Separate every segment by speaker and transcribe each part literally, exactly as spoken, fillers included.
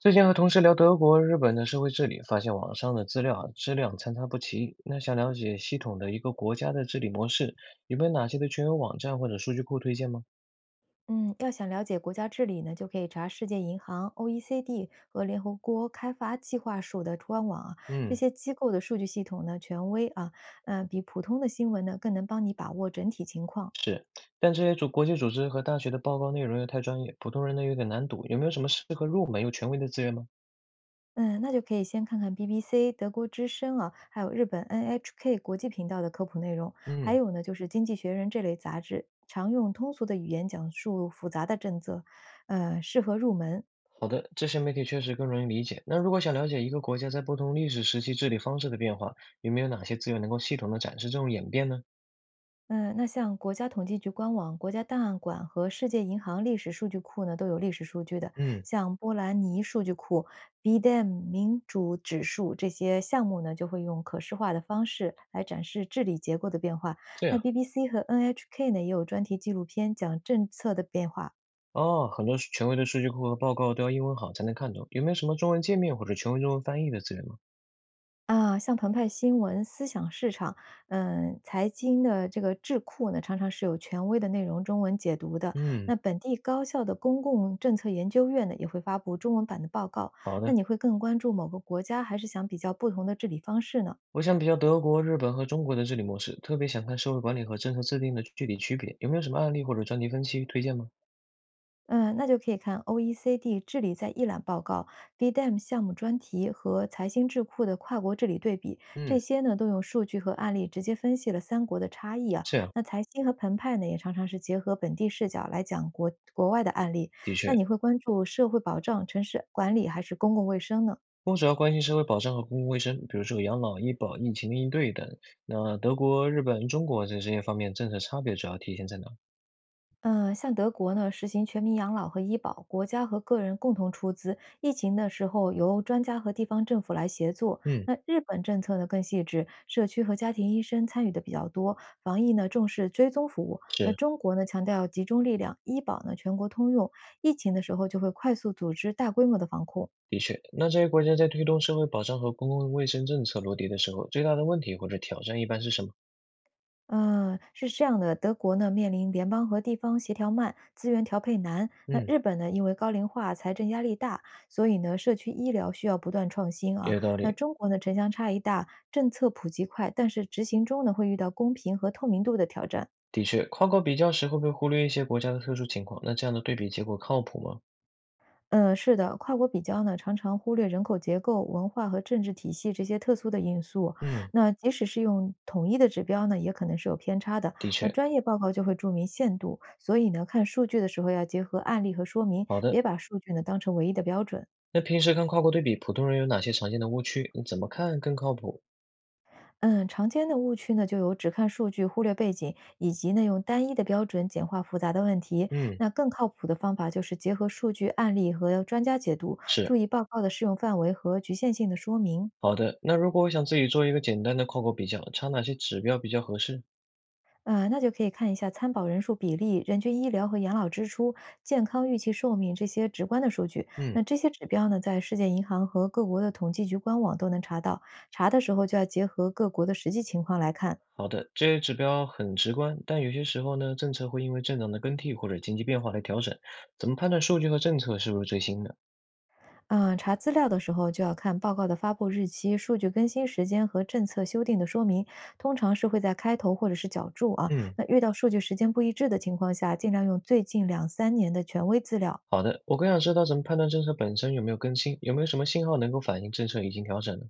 Speaker 1: 最近和同事聊德国、日本的社会治理，发现网上的资料啊质量参差不齐。那想了解系统的一个国家的治理模式，有没有哪些的权威网站或者数据库推荐吗？
Speaker 2: 嗯，要想了解国家治理呢，就可以查世界银行、O E C D 和联合国开发计划署的官网啊，这
Speaker 1: 嗯，
Speaker 2: 些机构的数据系统呢权威啊，嗯、呃比普通的新闻呢更能帮你把握整体情况。
Speaker 1: 是，但这些组国际组织和大学的报告内容又太专业，普通人呢有点难读。有没有什么适合入门又权威的资源吗？
Speaker 2: 嗯，那就可以先看看 B B C、德国之声啊，还有日本 N H K 国际频道的科普内容，还
Speaker 1: 嗯，
Speaker 2: 有呢就是《经济学人》这类杂志，常用通俗的语言讲述复杂的政策，呃，适合入门。
Speaker 1: 好的，这些媒体确实更容易理解。那如果想了解一个国家在不同历史时期治理方式的变化，有没有哪些资源能够系统的展示这种演变呢？
Speaker 2: 嗯，那像国家统计局官网、国家档案馆和世界银行历史数据库呢，都有历史数据的。
Speaker 1: 嗯，
Speaker 2: 像波兰尼数据库、B D M 民主指数这些项目呢，就会用可视化的方式来展示治理结构的变化。
Speaker 1: 这
Speaker 2: 那
Speaker 1: 样。
Speaker 2: B B C 和 N H K 呢，也有专题纪录片讲政策的变化。
Speaker 1: 哦，很多权威的数据库和报告都要英文好才能看懂，有没有什么中文界面或者权威中文翻译的资源吗？
Speaker 2: 啊，像澎湃新闻、思想市场，嗯，财经的这个智库呢，常常是有权威的内容中文解读的。
Speaker 1: 嗯，
Speaker 2: 那本地高校的公共政策研究院呢，也会发布中文版的报告。
Speaker 1: 好
Speaker 2: 那
Speaker 1: 的，
Speaker 2: 你会更关注某个国家，还是想比较不同的治理方式呢？
Speaker 1: 我想比较德国、日本和中国的治理模式，特别想看社会管理和政策制定的具体区别，有没有什么案例或者专题分析推荐吗？
Speaker 2: 嗯，那就可以看 O E C D 治理在一览报告、B D M 项目专题和财新智库的跨国治理对比，这
Speaker 1: 嗯，
Speaker 2: 些呢都用数据和案例直接分析了三国的差异啊。
Speaker 1: 这样，
Speaker 2: 那财新和澎湃呢，也常常是结合本地视角来讲国国外的案例。
Speaker 1: 的
Speaker 2: 那
Speaker 1: 确，
Speaker 2: 你会关注社会保障、城市管理还是公共卫生呢？
Speaker 1: 我主要关心社会保障和公共卫生，比如说养老、医保、疫情的应对等。那德国、日本、中国在这些方面政策差别主要体现在哪？
Speaker 2: 嗯，像德国呢，实行全民养老和医保，国家和个人共同出资。疫情的时候，由专家和地方政府来协作。
Speaker 1: 嗯，
Speaker 2: 那日本政策呢更细致，社区和家庭医生参与的比较多。防疫呢重视追踪服务。那
Speaker 1: 是。
Speaker 2: 中国呢强调集中力量，医保呢全国通用。疫情的时候就会快速组织大规模的防控。
Speaker 1: 的确，那这些国家在推动社会保障和公共卫生政策落地的时候，最大的问题或者挑战一般是什么？
Speaker 2: 嗯，是这样的，德国呢面临联邦和地方协调慢，资源调配难。那
Speaker 1: 嗯，
Speaker 2: 日本呢，因为高龄化，财政压力大，所以呢，社区医疗需要不断创新啊。
Speaker 1: 有道
Speaker 2: 那
Speaker 1: 理，
Speaker 2: 中国呢，城乡差异大，政策普及快，但是执行中呢，会遇到公平和透明度的挑战。
Speaker 1: 的确，跨国比较时会不会忽略一些国家的特殊情况，那这样的对比结果靠谱吗？
Speaker 2: 嗯，是的，跨国比较呢，常常忽略人口结构、文化和政治体系这些特殊的因素。
Speaker 1: 嗯，
Speaker 2: 那即使是用统一的指标呢，也可能是有偏差的。
Speaker 1: 的
Speaker 2: 那
Speaker 1: 确，
Speaker 2: 专业报告就会注明限度，所以呢，看数据的时候要结合案例和说明，
Speaker 1: 好的。
Speaker 2: 别把数据呢当成唯一的标准。
Speaker 1: 那平时看跨国对比，普通人有哪些常见的误区？你怎么看更靠谱？
Speaker 2: 嗯，常见的误区呢，就有只看数据忽略背景，以及呢用单一的标准简化复杂的问题。
Speaker 1: 嗯，
Speaker 2: 那更靠谱的方法就是结合数据案例和专家解读，注
Speaker 1: 是，
Speaker 2: 意报告的适用范围和局限性的说明。
Speaker 1: 好的。那如果我想自己做一个简单的跨国比较，查哪些指标比较合适？
Speaker 2: 啊，那就可以看一下参保人数比例、人均医疗和养老支出、健康预期寿命这些直观的数据。
Speaker 1: 嗯。
Speaker 2: 那这些指标呢，在世界银行和各国的统计局官网都能查到。查的时候就要结合各国的实际情况来看。
Speaker 1: 好的，这些指标很直观，但有些时候呢，政策会因为政党的更替或者经济变化来调整。怎么判断数据和政策是不是最新的？
Speaker 2: 嗯，查资料的时候就要看报告的发布日期、数据更新时间和政策修订的说明，通常是会在开头或者是脚注啊。
Speaker 1: 嗯，
Speaker 2: 那遇到数据时间不一致的情况下，尽量用最近两三年的权威资料。
Speaker 1: 好的，我更想知道怎么判断政策本身有没有更新，有没有什么信号能够反映政策已经调整了？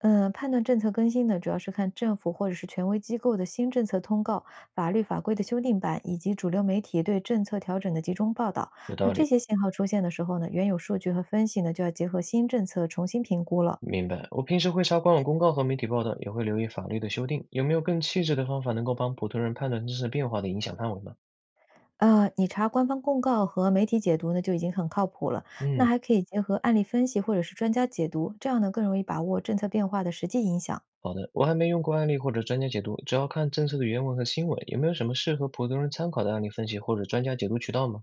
Speaker 2: 嗯，判断政策更新呢，主要是看政府或者是权威机构的新政策通告、法律法规的修订版，以及主流媒体对政策调整的集中报道。
Speaker 1: 有
Speaker 2: 那
Speaker 1: 道
Speaker 2: 这
Speaker 1: 理，
Speaker 2: 些信号出现的时候呢，原有数据和分析呢，就要结合新政策重新评估了。
Speaker 1: 明白。我平时会查官网公告和媒体报道，也会留意法律的修订，有没有更细致的方法能够帮普通人判断政策变化的影响范围吗？
Speaker 2: 呃，你查官方公告和媒体解读呢，就已经很靠谱了。那
Speaker 1: 嗯，
Speaker 2: 还可以结合案例分析或者是专家解读，这样呢更容易把握政策变化的实际影响。
Speaker 1: 好的，我还没用过案例或者专家解读，主要看政策的原文和新闻，有没有什么适合普通人参考的案例分析或者专家解读渠道吗？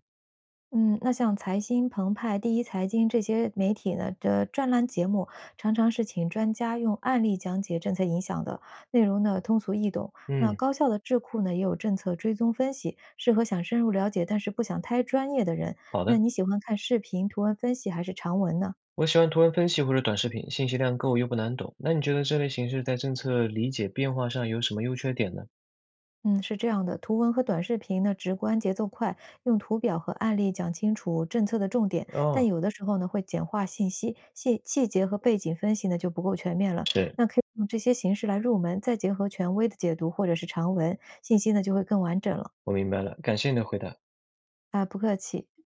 Speaker 2: 嗯，那像财新、澎湃、第一财经这些媒体呢的专栏节目，常常是请专家用案例讲解政策影响的内容呢，通俗易懂。那
Speaker 1: 嗯，
Speaker 2: 高校的智库呢，也有政策追踪分析，适合想深入了解但是不想太专业的人。
Speaker 1: 好
Speaker 2: 那
Speaker 1: 的。
Speaker 2: 你喜欢看视频、图文分析还是长文呢？
Speaker 1: 我喜欢图文分析或者短视频，信息量够又不难懂。那你觉得这类形式在政策理解变化上有什么优缺点呢？
Speaker 2: 嗯，是这样的，图文和短视频呢，直观节奏快，用图表和案例讲清楚政策的重点，但
Speaker 1: 哦，
Speaker 2: 有的时候呢，会简化信息，细细节和背景分析呢就不够全面了。
Speaker 1: 是，
Speaker 2: 那可以用这些形式来入门，再结合权威的解读或者是长文，信息呢就会更完整了。
Speaker 1: 我明白了，感谢你的回答。
Speaker 2: 啊，不客气。